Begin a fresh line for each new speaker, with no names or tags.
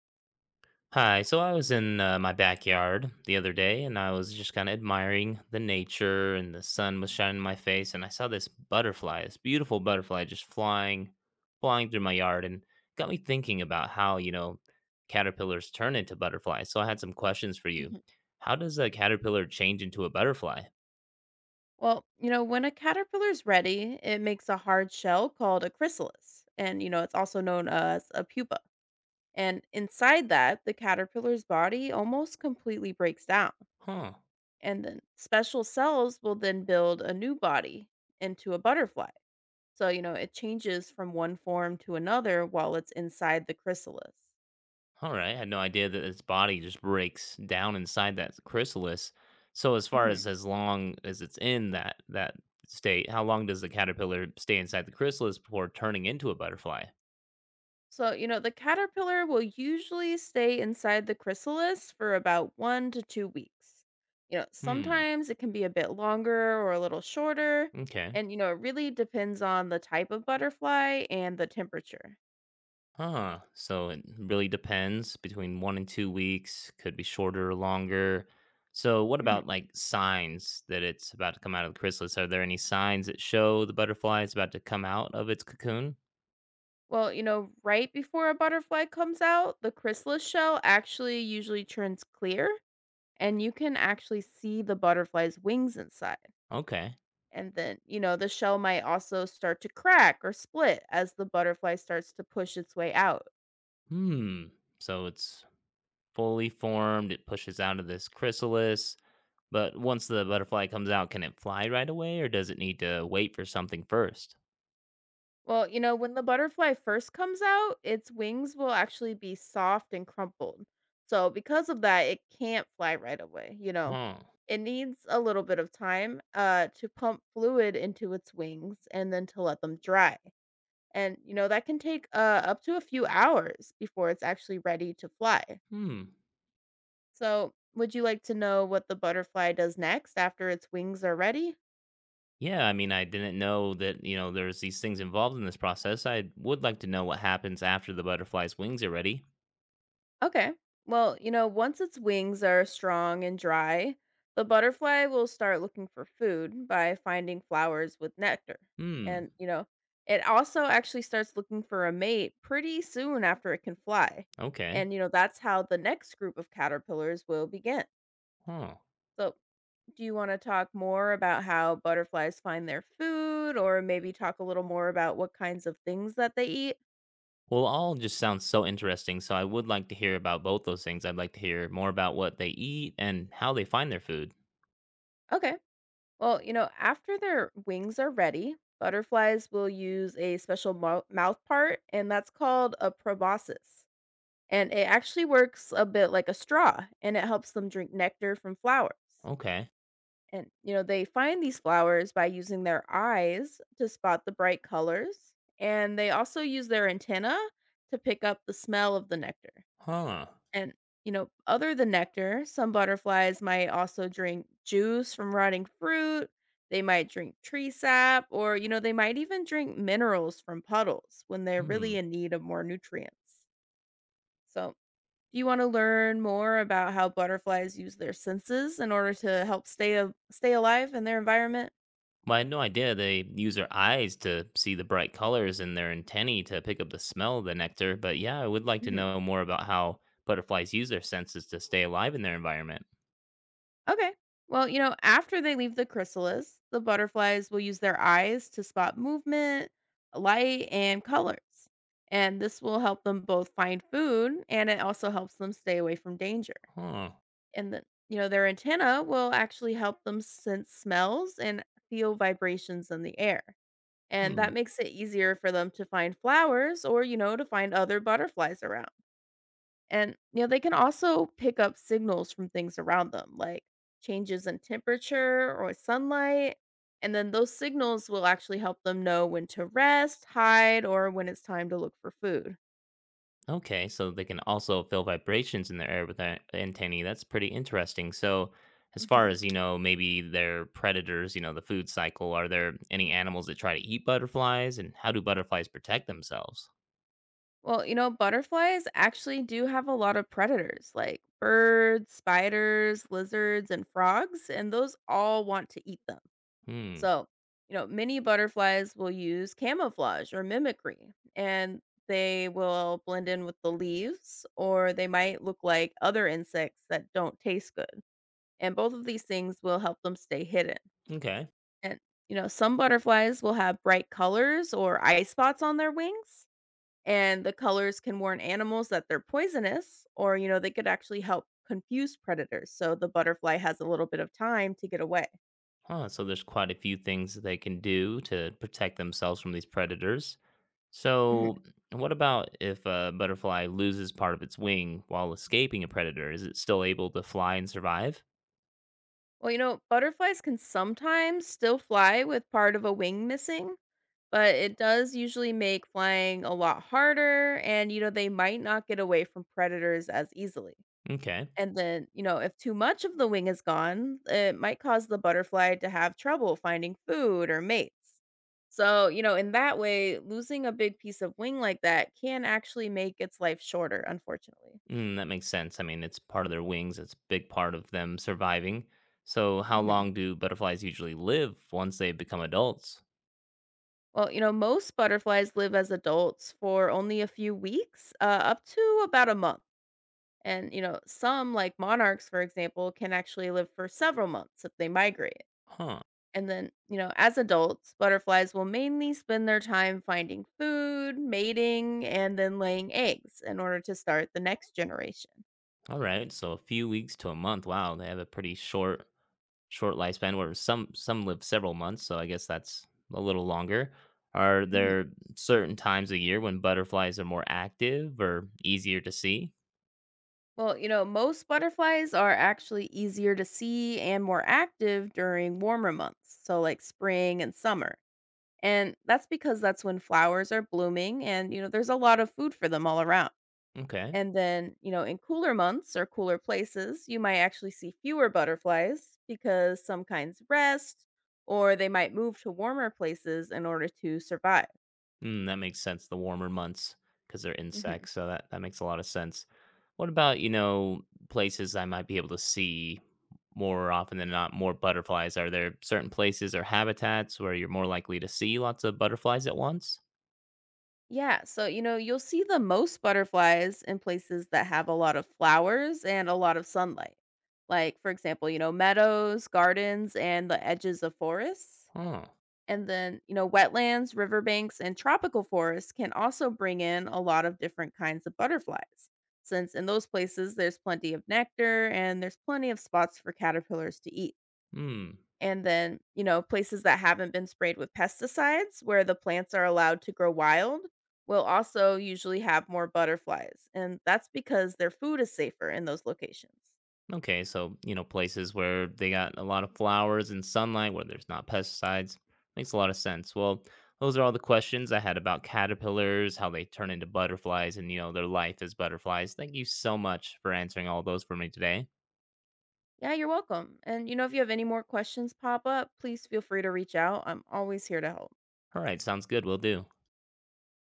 Hi, so I was in my backyard the other day, and I was just kind of admiring the nature and the sun was shining in my face, and I saw this butterfly, this beautiful butterfly just flying through my yard and got me thinking about how caterpillars turn into butterflies. So I had some questions for you.
Mhm.
How does a caterpillar change into a butterfly?
Well, when a caterpillar's ready, it makes a hard shell called a chrysalis. And, it's also known as a pupa. And inside that, the caterpillar's body almost completely breaks down.
Huh.
And then special cells will then build a new body into a butterfly. So, it changes from one form to another while it's inside the chrysalis.
Alright, I had no idea that its body just breaks down inside that chrysalis. So as far
hmm
as long as it's in that state, how long does the caterpillar stay inside the chrysalis before turning into a butterfly?
So, the caterpillar will usually stay inside the chrysalis for about 1 to 2 weeks. You know,
Hmm.
sometimes it can be a bit longer or a little shorter.
Okay.
And, it really depends on the type of butterfly and the temperature.
Huh. So it really depends between 1 and 2 weeks, could be shorter or longer. So what about like signs that it's about to come out of the chrysalis? Are there any signs that show the butterfly is about to come out of its cocoon?
Well, right before a butterfly comes out, the chrysalis shell actually usually turns clear, and you can actually see the butterfly's wings inside.
Okay.
And then, the shell might also start to crack or split as the butterfly starts to push its way out.
Hmm. So it's fully formed, it pushes out of this chrysalis. But once the butterfly comes out, can it fly right away, or does it need to wait for something first?
Well, when the butterfly first comes out, its wings will actually be soft and crumpled. So, because of that, it can't fly right away.
Huh.
It needs a little bit of time to pump fluid into its wings and then to let them dry. And, that can take up to a few hours before it's actually ready to fly.
Hmm.
So, would you like to know what the butterfly does next after its wings are ready?
Yeah, I mean, I didn't know that, you know, there's these things involved in this process. I would like to know what happens after the butterfly's wings are ready.
Okay. Well, once its wings are strong and dry, the butterfly will start looking for food by finding flowers with nectar.
Hmm.
And, it also actually starts looking for a mate pretty soon after it can fly.
Okay.
And, that's how the next group of caterpillars will begin.
Huh.
So, do you want to talk more about how butterflies find their food, or maybe talk a little more about what kinds of things that they eat?
Well, all just sounds so interesting. So I would like to hear about both those things. I'd like to hear more about what they eat and how they find their food.
Okay. Well, after their wings are ready, butterflies will use a special mouth part, and that's called a proboscis. And it actually works a bit like a straw, and it helps them drink nectar from flowers.
Okay.
And, they find these flowers by using their eyes to spot the bright colors, and they also use their antenna to pick up the smell of the nectar.
Huh.
And, other than nectar, some butterflies might also drink juice from rotting fruit. They might drink tree sap, or, they might even drink minerals from puddles when they're
Hmm.
really in need of more nutrients. So, do you want to learn more about how butterflies use their senses in order to help stay alive in their environment?
Well, I had no idea they use their eyes to see the bright colors and their antennae to pick up the smell of the nectar. But yeah, I would like to know more about how butterflies use their senses to stay alive in their environment.
Okay. Well, after they leave the chrysalis, the butterflies will use their eyes to spot movement, light, and colors. And this will help them both find food, and it also helps them stay away from danger.
Huh.
And then, their antenna will actually help them sense smells and feel vibrations in the air. And
Hmm.
that makes it easier for them to find flowers or, to find other butterflies around. And, they can also pick up signals from things around them, like changes in temperature or sunlight. And then those signals will actually help them know when to rest, hide, or when it's time to look for food.
Okay, so they can also feel vibrations in the air with their antennae. That's pretty interesting. So, as
hmm
far as you know, maybe they're predators. You know, the food cycle. Are there any animals that try to eat butterflies, and how do butterflies protect themselves?
Well, butterflies actually do have a lot of predators like birds, spiders, lizards, and frogs, and those all want to eat them.
Hmm.
So, many butterflies will use camouflage or mimicry, and they will blend in with the leaves, or they might look like other insects that don't taste good. And both of these things will help them stay hidden.
Okay.
And, some butterflies will have bright colors or eye spots on their wings, and the colors can warn animals that they're poisonous, or, they could actually help confuse predators. So the butterfly has a little bit of time to get away.
Huh, so there's quite a few things that they can do to protect themselves from these predators.
Mhm.
So, what about if a butterfly loses part of its wing while escaping a predator? Is it still able to fly and survive?
Well, butterflies can sometimes still fly with part of a wing missing, but it does usually make flying a lot harder. And, they might not get away from predators as easily.
Okay.
And then, if too much of the wing is gone, it might cause the butterfly to have trouble finding food or mates. So, in that way, losing a big piece of wing like that can actually make its life shorter, unfortunately.
Mm, that makes sense. I mean, it's part of their wings, it's a big part of them surviving. So, how
Mhm.
long do butterflies usually live once they become adults?
Well, most butterflies live as adults for only a few weeks, up to about a month. And, some, like monarchs, for example, can actually live for several months if they migrate.
Huh.
And then, as adults, butterflies will mainly spend their time finding food, mating, and then laying eggs in order to start the next generation.
All right. So, a few weeks to a month. Wow, they have a pretty short lifespan, where some live several months, so I guess that's a little longer. Are
Mhm.
there certain times a year when butterflies are more active or easier to see?
Well, most butterflies are actually easier to see and more active during warmer months, so like spring and summer. And that's because that's when flowers are blooming and, there's a lot of food for them all around.
Okay.
And then, in cooler months or cooler places, you might actually see fewer butterflies because some kinds rest or they might move to warmer places in order to survive.
Mm, that makes sense, the warmer months, because they're
hmm
insects, so that makes a lot of sense. What about, you know, places I might be able to see more often than not, more butterflies? Are there certain places or habitats where you're more likely to see lots of butterflies at once?
Yeah. So, you'll see the most butterflies in places that have a lot of flowers and a lot of sunlight. Like, for example, meadows, gardens, and the edges of forests.
Huh.
And then, wetlands, riverbanks, and tropical forests can also bring in a lot of different kinds of butterflies, since in those places there's plenty of nectar and there's plenty of spots for caterpillars to eat.
Hmm.
And then, places that haven't been sprayed with pesticides, where the plants are allowed to grow wild, will also usually have more butterflies. And that's because their food is safer in those locations.
Okay, so you know, places where they got a lot of flowers and sunlight, where there's not pesticides, makes a lot of sense. Well, those are all the questions I had about caterpillars, how they turn into butterflies, and you know, their life as butterflies. Thank you so much for answering all those for me today.
Yeah, you're welcome. And, if you have any more questions pop up, please feel free to reach out. I'm always here to help.
All right, sounds good. We'll do.